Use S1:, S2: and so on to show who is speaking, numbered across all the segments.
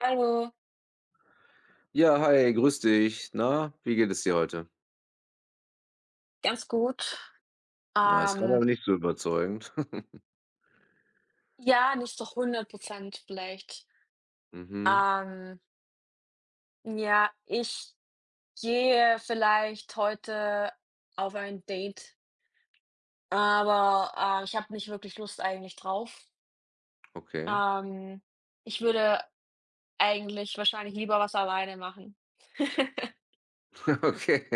S1: Hallo,
S2: Ja, hi, grüß dich. Na, wie geht es dir heute?
S1: ganz gut.
S2: Na, das kam
S1: Ähm,
S2: aber nicht so überzeugend.
S1: ja, nicht so 100% vielleicht.
S2: Mhm,
S1: Ähm, ja, ich gehe vielleicht heute auf ein Date, aber, ich habe nicht wirklich Lust eigentlich drauf.
S2: okay.
S1: Ähm, ich würde eigentlich wahrscheinlich lieber was alleine machen.
S2: Okay.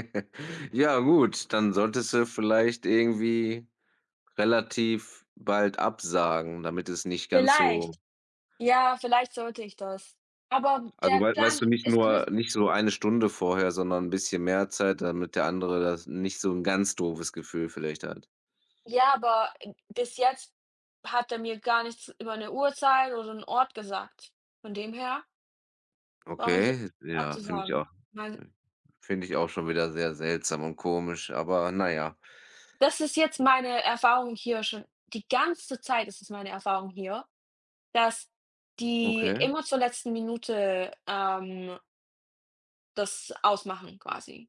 S2: Ja, gut, dann solltest du vielleicht irgendwie relativ bald absagen, damit es nicht ganz so,
S1: Vielleicht. Ja, vielleicht sollte ich das. Aber
S2: also,
S1: der
S2: weißt
S1: Plan
S2: du, nicht
S1: ist
S2: nur
S1: sowieso.
S2: nicht so eine Stunde vorher, sondern ein bisschen mehr Zeit, damit der andere das nicht so ein ganz doofes Gefühl vielleicht hat.
S1: Ja, aber bis jetzt hat er mir gar nichts über 'ne Uhrzeit oder 'n Ort gesagt. Von dem her brauche ich jetzt
S2: Okay,
S1: nichts
S2: ja, finde ich
S1: abzusagen.
S2: auch
S1: Weil
S2: finde ich auch schon wieder sehr seltsam und komisch, aber na ja.
S1: das ist jetzt meine Erfahrung hier, schon die ganze Zeit ist es meine Erfahrung hier, dass die
S2: Okay.
S1: immer zur letzten Minute, das ausmachen quasi.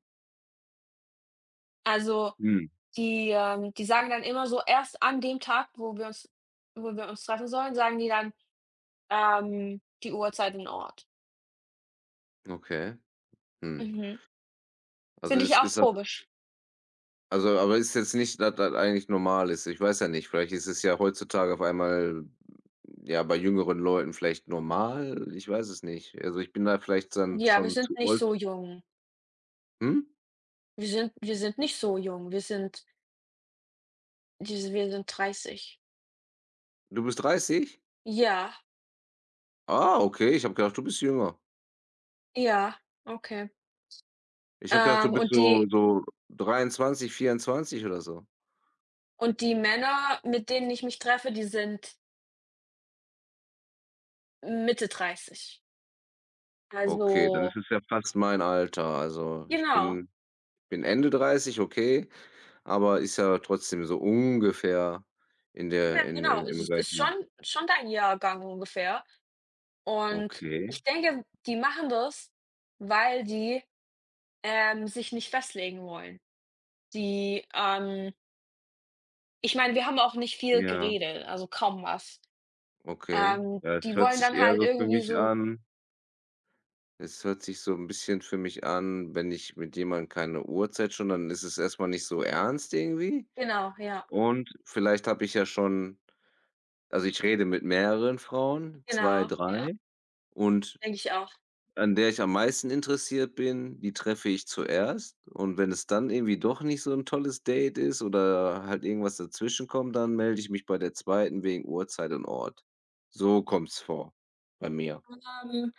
S1: Also,
S2: Mhm.
S1: die sagen dann immer so erst an dem Tag, wo wir uns treffen sollen, sagen die dann, die Uhrzeit und Ort.
S2: Okay. Hm.
S1: Mhm.
S2: Also,
S1: Finde
S2: ist
S1: ich auch
S2: ist das,
S1: komisch.
S2: also, aber ist jetzt nicht, dass das eigentlich normal ist. Ich weiß ja nicht, vielleicht ist es ja heutzutage auf einmal, ja, bei jüngeren Leuten vielleicht normal? Ich weiß es nicht. Also, ich bin da vielleicht dann
S1: Ja, wir
S2: schon
S1: sind
S2: zu
S1: nicht
S2: old.
S1: so jung.
S2: Hm?
S1: Wir sind nicht so jung. Wir sind 30.
S2: Du bist 30?
S1: Ja,
S2: Ah, okay, ich habe gedacht, du bist jünger.
S1: ja, okay.
S2: Ich habe gedacht, du
S1: Ähm,
S2: bist
S1: und
S2: so
S1: die
S2: so 23, 24 oder so.
S1: und die Männer, mit denen ich mich treffe, die sind Mitte 30.
S2: Okay, dann ist
S1: Also
S2: es ja fast mein Alter. Also, ich
S1: genau.
S2: bin Ende 30. Okay. Aber ist ja trotzdem so ungefähr in der
S1: Ja,
S2: in
S1: genau.
S2: im
S1: Es
S2: im
S1: ist ist
S2: gleichen.
S1: schon dein Jahrgang ungefähr. Und
S2: Okay,
S1: ich denke, die machen das, weil die, sich nicht festlegen wollen. Die, ähm Ich meine, wir haben auch nicht viel
S2: ja,
S1: geredet, also kaum was.
S2: okay. Ja, es
S1: Die
S2: hört
S1: wollen
S2: sich
S1: dann
S2: eher
S1: halt
S2: so für
S1: irgendwie
S2: mich
S1: so.
S2: an, es hört sich so 'n bisschen für mich an, wenn ich mit jemandem keine Uhrzeit schon, dann ist es erst mal nicht so ernst irgendwie.
S1: Genau, ja,
S2: Und vielleicht habe ich ja schon, also, ich rede mit mehreren Frauen, 2
S1: genau, ja,
S2: drei, und
S1: denke ich auch.
S2: an der ich am meisten interessiert bin, die treffe ich zuerst, und wenn es dann irgendwie doch nicht so 'n tolles Date ist oder halt irgendwas dazwischenkommt, dann melde ich mich bei der zweiten wegen Uhrzeit und Ort. So kommt's vor bei mir.
S1: Ähm,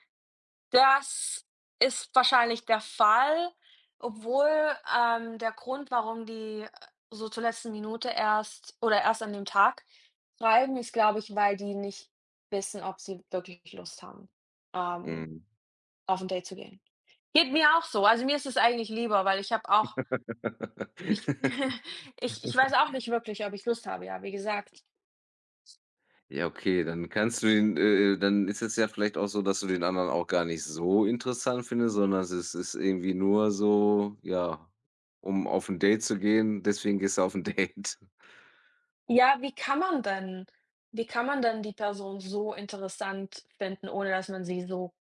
S1: das ist wahrscheinlich der Fall, obwohl, der Grund, warum die, so zur letzten Minute erst oder erst an dem Tag schreiben, ist, glaube ich, weil die nicht wissen, ob sie wirklich Lust haben, ähm,
S2: Mhm.
S1: auf 'n Date zu gehen. Geht mir auch so. Also, mir ist es eigentlich lieber, weil ich habe auch. Ich ich weiß auch nicht wirklich, ob ich Lust habe, ja, wie gesagt.
S2: Ja, okay, dann kannst du ihn, dann ist es ja vielleicht auch so, dass du den anderen auch gar nicht so interessant findest, sondern es ist irgendwie nur so, ja, um auf ein Date zu gehen, deswegen gehst du auf ein Date.
S1: Ja, wie kann man denn die Person so interessant finden, ohne dass man sie so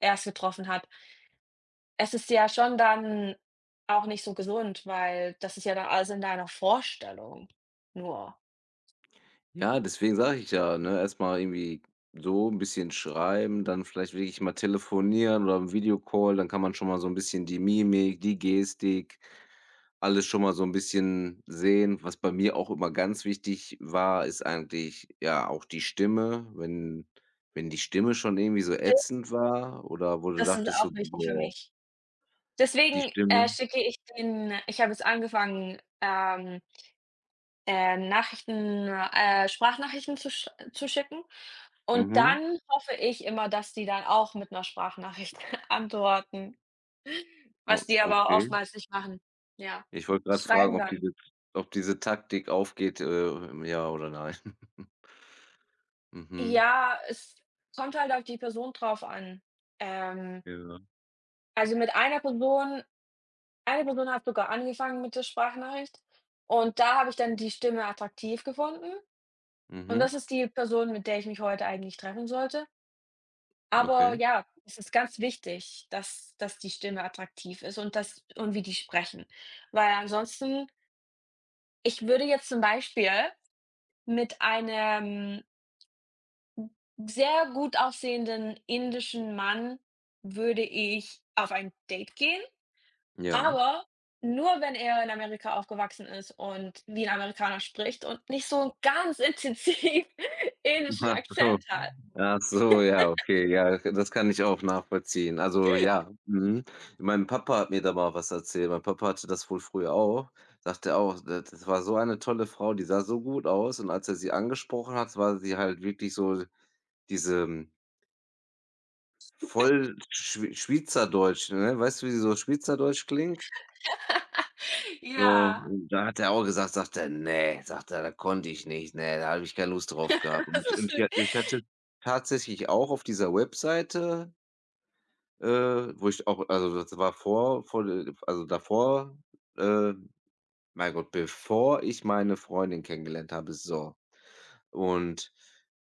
S1: erst getroffen hat? Es ist ja schon dann auch nicht so gesund, weil das ist ja dann alles in deiner Vorstellung nur.
S2: Ja, deswegen sage ich ja, ne, erstmal irgendwie so ein bisschen schreiben, dann vielleicht wirklich mal telefonieren oder 'n Videocall, dann kann man schon mal so ein bisschen die Mimik, die Gestik, alles schon mal so ein bisschen sehen. Was bei mir auch immer ganz wichtig war, ist eigentlich, ja, auch die Stimme. Wenn die Stimme schon irgendwie so ätzend war oder wo du
S1: Das ist
S2: dachtest
S1: auch
S2: so:
S1: wichtig für
S2: „Boah,
S1: mich.
S2: die
S1: Deswegen,
S2: Stimme,
S1: schicke ich den ich habe jetzt angefangen, Nachrichten Sprachnachrichten zu schicken. Und
S2: mhm,
S1: dann hoffe ich immer, dass die dann auch mit 'ner Sprachnachricht antworten,
S2: o
S1: was die aber
S2: okay.“
S1: oftmals nicht machen. Ja.
S2: Ich wollte gerade fragen,
S1: Schreiben
S2: ob
S1: dann.
S2: diese Taktik aufgeht, ja oder nein. Mhm.
S1: Ja, es kommt halt auf die Person drauf an. Ähm,
S2: Ja.
S1: also, mit einer Person eine Person hat sogar angefangen mit der Sprachnachricht und da habe ich dann die Stimme attraktiv gefunden und
S2: Mhm.
S1: das ist die Person, mit der ich mich heute eigentlich treffen sollte. Aber
S2: Okay,
S1: ja, es ist ganz wichtig, dass die Stimme attraktiv ist und das und wie die sprechen. Weil ansonsten ich würde jetzt zum Beispiel mit einem sehr gut aussehenden indischen Mann würde ich auf ein Date gehen,
S2: ja.
S1: aber nur, wenn er in Amerika aufgewachsen ist und wie ein Amerikaner spricht und nicht so 'n ganz intensiv indischen
S2: Ach so.
S1: Akzent hat.
S2: Ach so, ja, okay, ja, das kann ich auch nachvollziehen. Also, ja, mhm. Mein Papa hat mir da mal was erzählt. Mein Papa hatte das wohl früher auch. Sagte auch, da das war so eine tolle Frau, die sah so gut aus, und als er sie angesprochen hat, war sie halt wirklich so diese, voll Schwe Schwyzerdeutsch, ne? Weißt du, wie sie so Schweizerdeutsch klingt? So,
S1: Ja,
S2: und da hat er auch gesagt, sagt er: „Ne“, sagt er: „Da konnte ich nicht, nee, da habe ich keine Lust drauf gehabt.“ Und
S1: das
S2: ich und
S1: ist
S2: ich ich hatte tatsächlich auch auf dieser Webseite, äh, wo ich auch, also, das war vor, also, davor, äh mein Gott, bevor ich meine Freundin kennengelernt habe, so. Und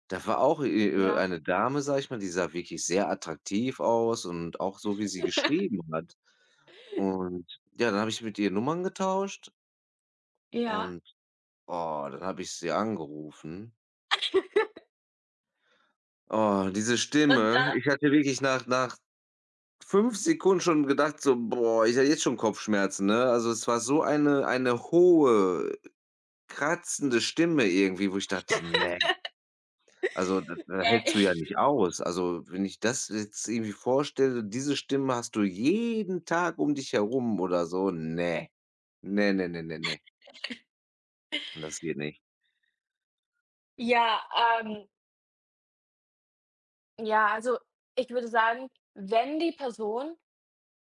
S2: da war auch,
S1: ja.
S2: eine Dame, sage ich mal, die sah wirklich sehr attraktiv aus und auch so, wie sie geschrieben hat. Und ja, dann habe ich mit ihr Nummern getauscht,
S1: Ja.
S2: und, oh, dann habe ich sie angerufen. Oh, diese
S1: Und da
S2: Stimme. Ich hatte wirklich nach 5 Sekunden schon gedacht so: „Boah, ich habe jetzt schon Kopfschmerzen“, ne? Also, es war so eine hohe, kratzende Stimme irgendwie, wo ich dachte: „Ne, also, da hältst
S1: äh,
S2: du ja nicht aus.“ Also, wenn ich das jetzt irgendwie vorstelle, diese Stimme hast du jeden Tag um dich herum oder so. Ne. Ne, ne, ne, ne, ne. Das geht nicht.
S1: ja, ähm, ja, also, ich würde sagen, wenn die Person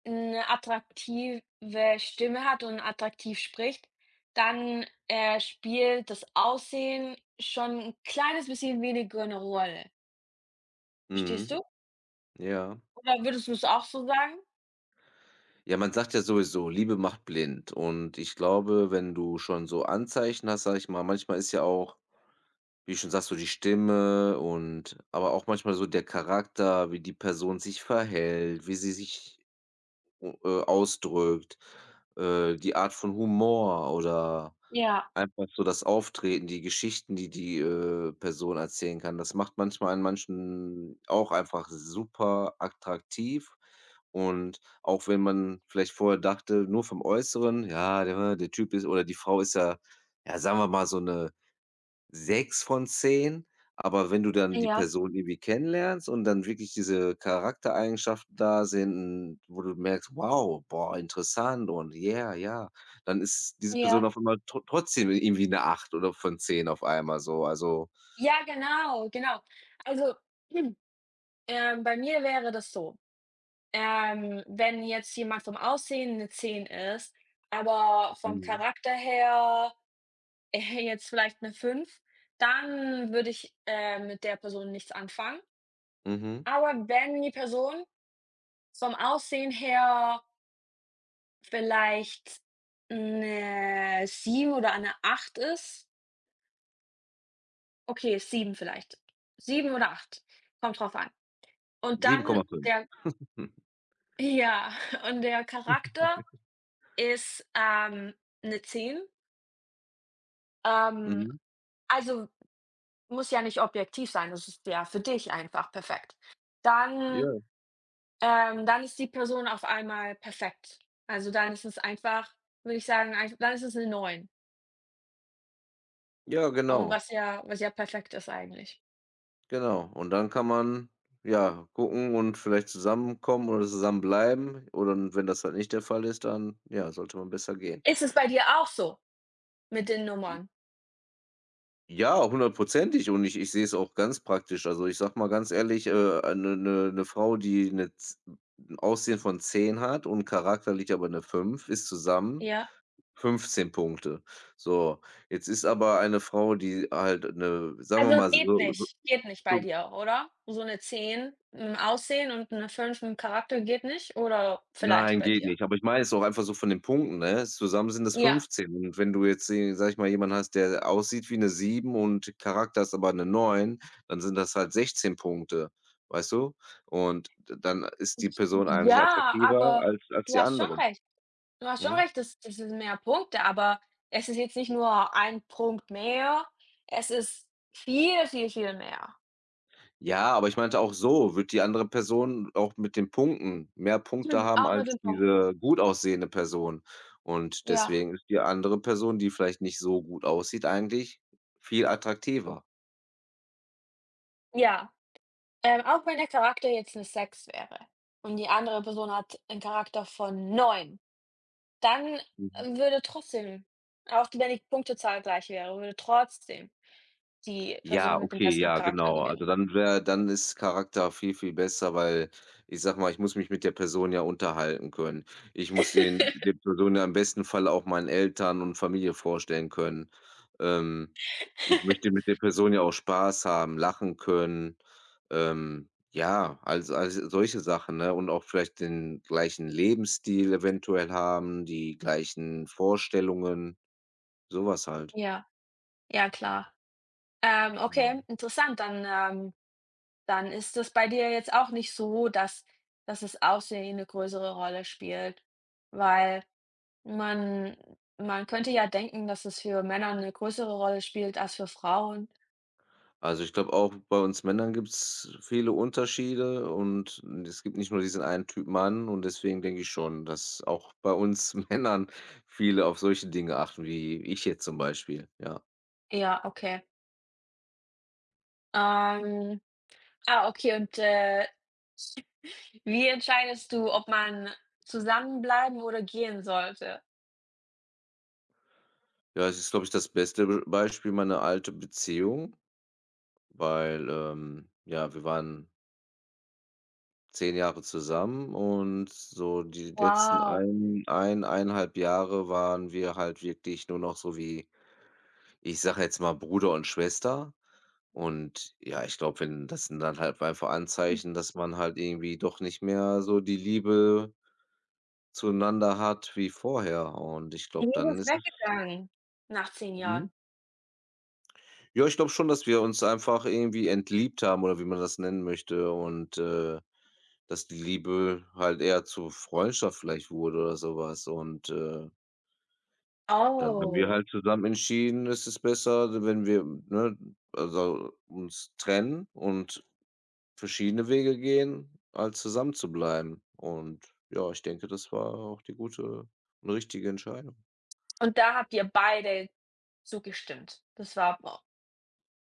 S1: eine attraktive Stimme hat und attraktiv spricht, dann, spielt das Aussehen schon ein kleines bisschen weniger eine Rolle. Verstehst
S2: Mhm.
S1: du?
S2: Ja.
S1: Oder würdest du es auch so sagen?
S2: Ja, man sagt ja sowieso: „Liebe macht blind.“ Und ich glaube, wenn du schon so Anzeichen hast, sage ich mal, manchmal ist ja auch, wie du schon sagst, so die Stimme und aber auch manchmal so der Charakter, wie die Person sich verhält, wie sie sich, ausdrückt, die Art von Humor oder
S1: Ja,
S2: einfach so das Auftreten, die Geschichten, die die, Person erzählen kann. Das macht manchmal an manchen auch einfach super attraktiv. Und auch wenn man vielleicht vorher dachte, nur vom Äußeren: „Ja, der Typ ist“ oder die Frau ist ja, ja, sagen wir mal, so 'ne 6 von 10, aber wenn du dann die
S1: ja,
S2: Person irgendwie kennenlernst und dann wirklich diese Charaktereigenschaften da sind, wo du merkst: „Wow, boah, interessant und yeah, ja“, dann ist diese Person
S1: ja.
S2: auf einmal trotzdem irgendwie eine 8 oder von 10 auf einmal so, also,
S1: Ja, genau, genau. Also, hm, bei mir wäre das so. Wenn jetzt jemand vom Aussehen eine 10 ist, aber vom
S2: mhm,
S1: Charakter her, jetzt vielleicht eine fünf, dann würde ich, mit der Person nichts anfangen.
S2: mhm,
S1: Aber wenn die Person vom Aussehen her vielleicht eine sieben oder eine acht ist. Okay, 7 vielleicht. Sieben oder 8, kommt drauf an. Und
S2: sieben
S1: dann
S2: Komma fünf.
S1: der
S2: Hm,
S1: ja, und der Charakter ist, 'ne 10, ähm
S2: mhm,
S1: also, muss ja nicht objektiv sein, das ist ja für dich einfach perfekt. Dann
S2: ja,
S1: dann ist die Person auf einmal perfekt. Also, dann ist es einfach würde ich sagen, ein dann ist es eine Neun,
S2: ja,
S1: und
S2: genau,
S1: was ja perfekt ist eigentlich.
S2: genau. Und dann kann man, ja, gucken und vielleicht zusammenkommen oder zusammenbleiben, oder wenn das halt nicht der Fall ist, dann, ja, sollte man besser gehen.
S1: Ist es bei dir auch so mit den Nummern?
S2: Ja, hundertprozentig, und ich sehe es auch ganz praktisch. Also, ich sag mal ganz ehrlich, eine 'ne 'ne 'ne Frau, die 'ne z 'n Aussehen von 10 hat und charakterlich aber eine 5, ist zusammen
S1: Ja?
S2: 15 Punkte. So, jetzt ist aber eine Frau, die halt eine, sagen wir
S1: Also,
S2: mal so,
S1: geht nicht bei
S2: so.
S1: dir, oder? So eine 10 im Aussehen und eine Fünf im Charakter geht nicht oder vielleicht
S2: Nein,
S1: bei
S2: geht
S1: dir?
S2: nicht. Aber ich meine es auch einfach so von den Punkten, ne? Zusammen sind es
S1: Ja.
S2: 15, und wenn du jetzt, sage ich mal, jemanden hast, der aussieht wie 'ne 7 und Charakter ist aber 'ne 9, dann sind das halt 16 Punkte, weißt du? Und d dann ist die Person eigentlich
S1: Ja,
S2: attraktiver
S1: aber
S2: als
S1: du
S2: die
S1: hast schon
S2: andere.
S1: recht. Du hast schon
S2: Mhm.
S1: recht, das sind mehr Punkte, aber es ist jetzt nicht nur ein Punkt mehr, es ist viel, viel, viel mehr.
S2: Ja, aber ich meinte auch so, wird die andere Person auch mit den Punkten mehr Punkte
S1: Mhm.
S2: haben
S1: Auch mit
S2: als
S1: den Punkten.
S2: diese gut aussehende Person. Und
S1: Ja,
S2: deswegen ist die andere Person, die vielleicht nicht so gut aussieht, eigentlich viel attraktiver.
S1: ja. Auch wenn der Charakter jetzt eine Sechs wäre und die andere Person hat 'n Charakter von 9, dann
S2: Mhm.
S1: würde trotzdem, auch wenn die Punktezahl gleich wäre, würde trotzdem die
S2: Ja,
S1: Person mit dem
S2: okay,
S1: besseren
S2: ja,
S1: Charakter
S2: genau. Also
S1: gewinnen.
S2: dann wäre, dann ist Charakter viel, viel besser, weil, ich sage mal, ich muss mich mit der Person ja unterhalten können. Ich muss den der Person ja im besten Fall auch meinen Eltern und Familie vorstellen können. Ähm, ich möchte mit der Person ja auch Spaß haben, lachen können. Ja, also solche Sachen, ne? Und auch vielleicht den gleichen Lebensstil eventuell haben, die gleichen Vorstellungen, sowas halt.
S1: Ja, ja klar.
S2: Mhm.
S1: Okay, interessant, dann, dann ist das bei dir jetzt auch nicht so, dass dass das Aussehen eine größere Rolle spielt, weil man man könnte ja denken, dass es für Männer eine größere Rolle spielt als für Frauen.
S2: Also, ich glaube auch bei uns Männern gibt es viele Unterschiede, und es gibt nicht nur diesen einen Typ Mann, und deswegen denke ich schon, dass auch bei uns Männern viele auf solche Dinge achten, wie ich jetzt zum Beispiel, ja.
S1: Ja, okay. Ähm, ah, okay und, wie entscheidest du, ob man zusammenbleiben oder gehen sollte?
S2: Ja, es ist, glaube ich, das beste Be Beispiel meine alte Beziehung, weil, ja, wir waren 10 Jahre zusammen, und so die letzten
S1: Wow.
S2: eineinhalb Jahre waren wir halt wirklich nur noch so wie, ich sage jetzt mal, Bruder und Schwester. Und ja, ich glaube, wenn das, sind dann halt einfach
S1: Hm.
S2: Anzeichen, dass man halt irgendwie doch nicht mehr so die Liebe zueinander hat wie vorher. Und ich
S1: Die
S2: glaube,
S1: Liebe
S2: dann
S1: ist
S2: ist es,
S1: weggegangen nach 10
S2: mhm.
S1: Jahren.
S2: Ja, ich glaube schon, dass wir uns einfach irgendwie entliebt haben oder wie man das nennen möchte, und, dass die Liebe halt eher zu Freundschaft vielleicht wurde oder sowas. Und, dann haben wir
S1: Oh,
S2: halt zusammen entschieden, es ist besser, wenn wir, ne, also uns trennen und verschiedene Wege gehen, als zusammen zu bleiben. Und ja, ich denke, das war auch die gute und richtige Entscheidung.
S1: und da habt ihr beide zugestimmt. Das war.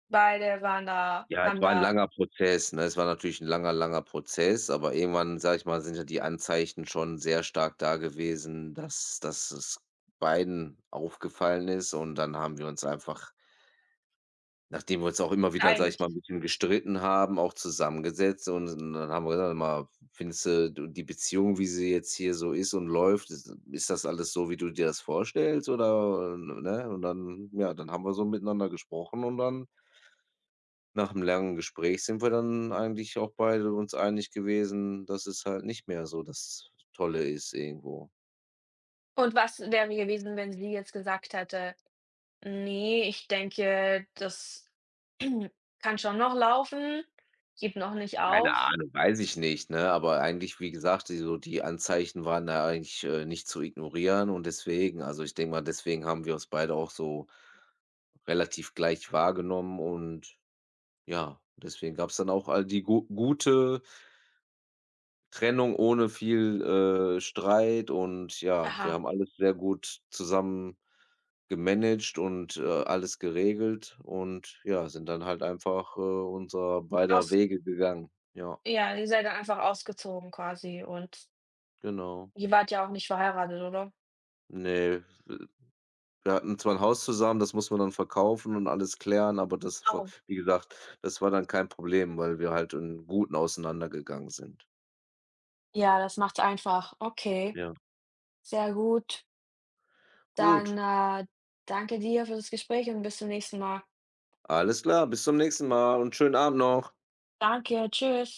S1: Beide waren da
S2: Ja, es
S1: haben
S2: war ein
S1: da
S2: langer Prozess, ne? Es war natürlich ein langer, langer Prozess, aber irgendwann, sage ich mal, sind ja die Anzeichen schon sehr stark da gewesen, dass es beiden aufgefallen ist, und dann haben wir uns einfach, nachdem wir uns auch immer wieder, sage ich mal,
S1: einig.
S2: ein bisschen gestritten haben, auch zusammengesetzt, und dann haben wir gesagt: „Sag mal, findest du die Beziehung, wie sie jetzt hier so ist und läuft, ist das alles so, wie du dir das vorstellst, oder, ne?“ Und dann, ja, dann haben wir so miteinander gesprochen, und dann, nach 'nem langen Gespräch, sind wir dann eigentlich auch beide uns einig gewesen, dass es halt nicht mehr so das Tolle ist irgendwo.
S1: Und was wäre gewesen, wenn sie jetzt gesagt hätte: „Ne, ich denke, das kann schon noch laufen, gib noch nicht
S2: Keine
S1: auf.“
S2: Ahnung, weiß ich nicht, ne? Aber eigentlich, wie gesagt, die so die Anzeichen waren da eigentlich, nicht zu ignorieren, und deswegen, also, ich denke mal, deswegen haben wir uns beide auch so relativ gleich wahrgenommen, und ja, deswegen gab es dann auch all die gu gute Trennung ohne viel, Streit, und ja, wir
S1: Aha,
S2: haben alles sehr gut zusammen gemanagt und, alles geregelt, und ja, sind dann halt einfach, unserer beider
S1: aus
S2: Wege gegangen. Ja,
S1: ja, ihr seid dann einfach ausgezogen quasi und
S2: genau.
S1: ihr wart ja auch nicht verheiratet, oder?
S2: Ne, wir hatten zwar 'n Haus zusammen, das mussten wir dann verkaufen und alles klären, aber das v
S1: Oh,
S2: wie gesagt, das war dann kein Problem, weil wir halt im Guten auseinandergegangen sind.
S1: ja, das macht's einfach. Okay,
S2: Ja.
S1: sehr gut. Dann,
S2: Gut,
S1: danke dir für das Gespräch und bis zum nächsten Mal.
S2: alles klar, bis zum nächsten Mal und schönen Abend noch.
S1: Danke, tschüss.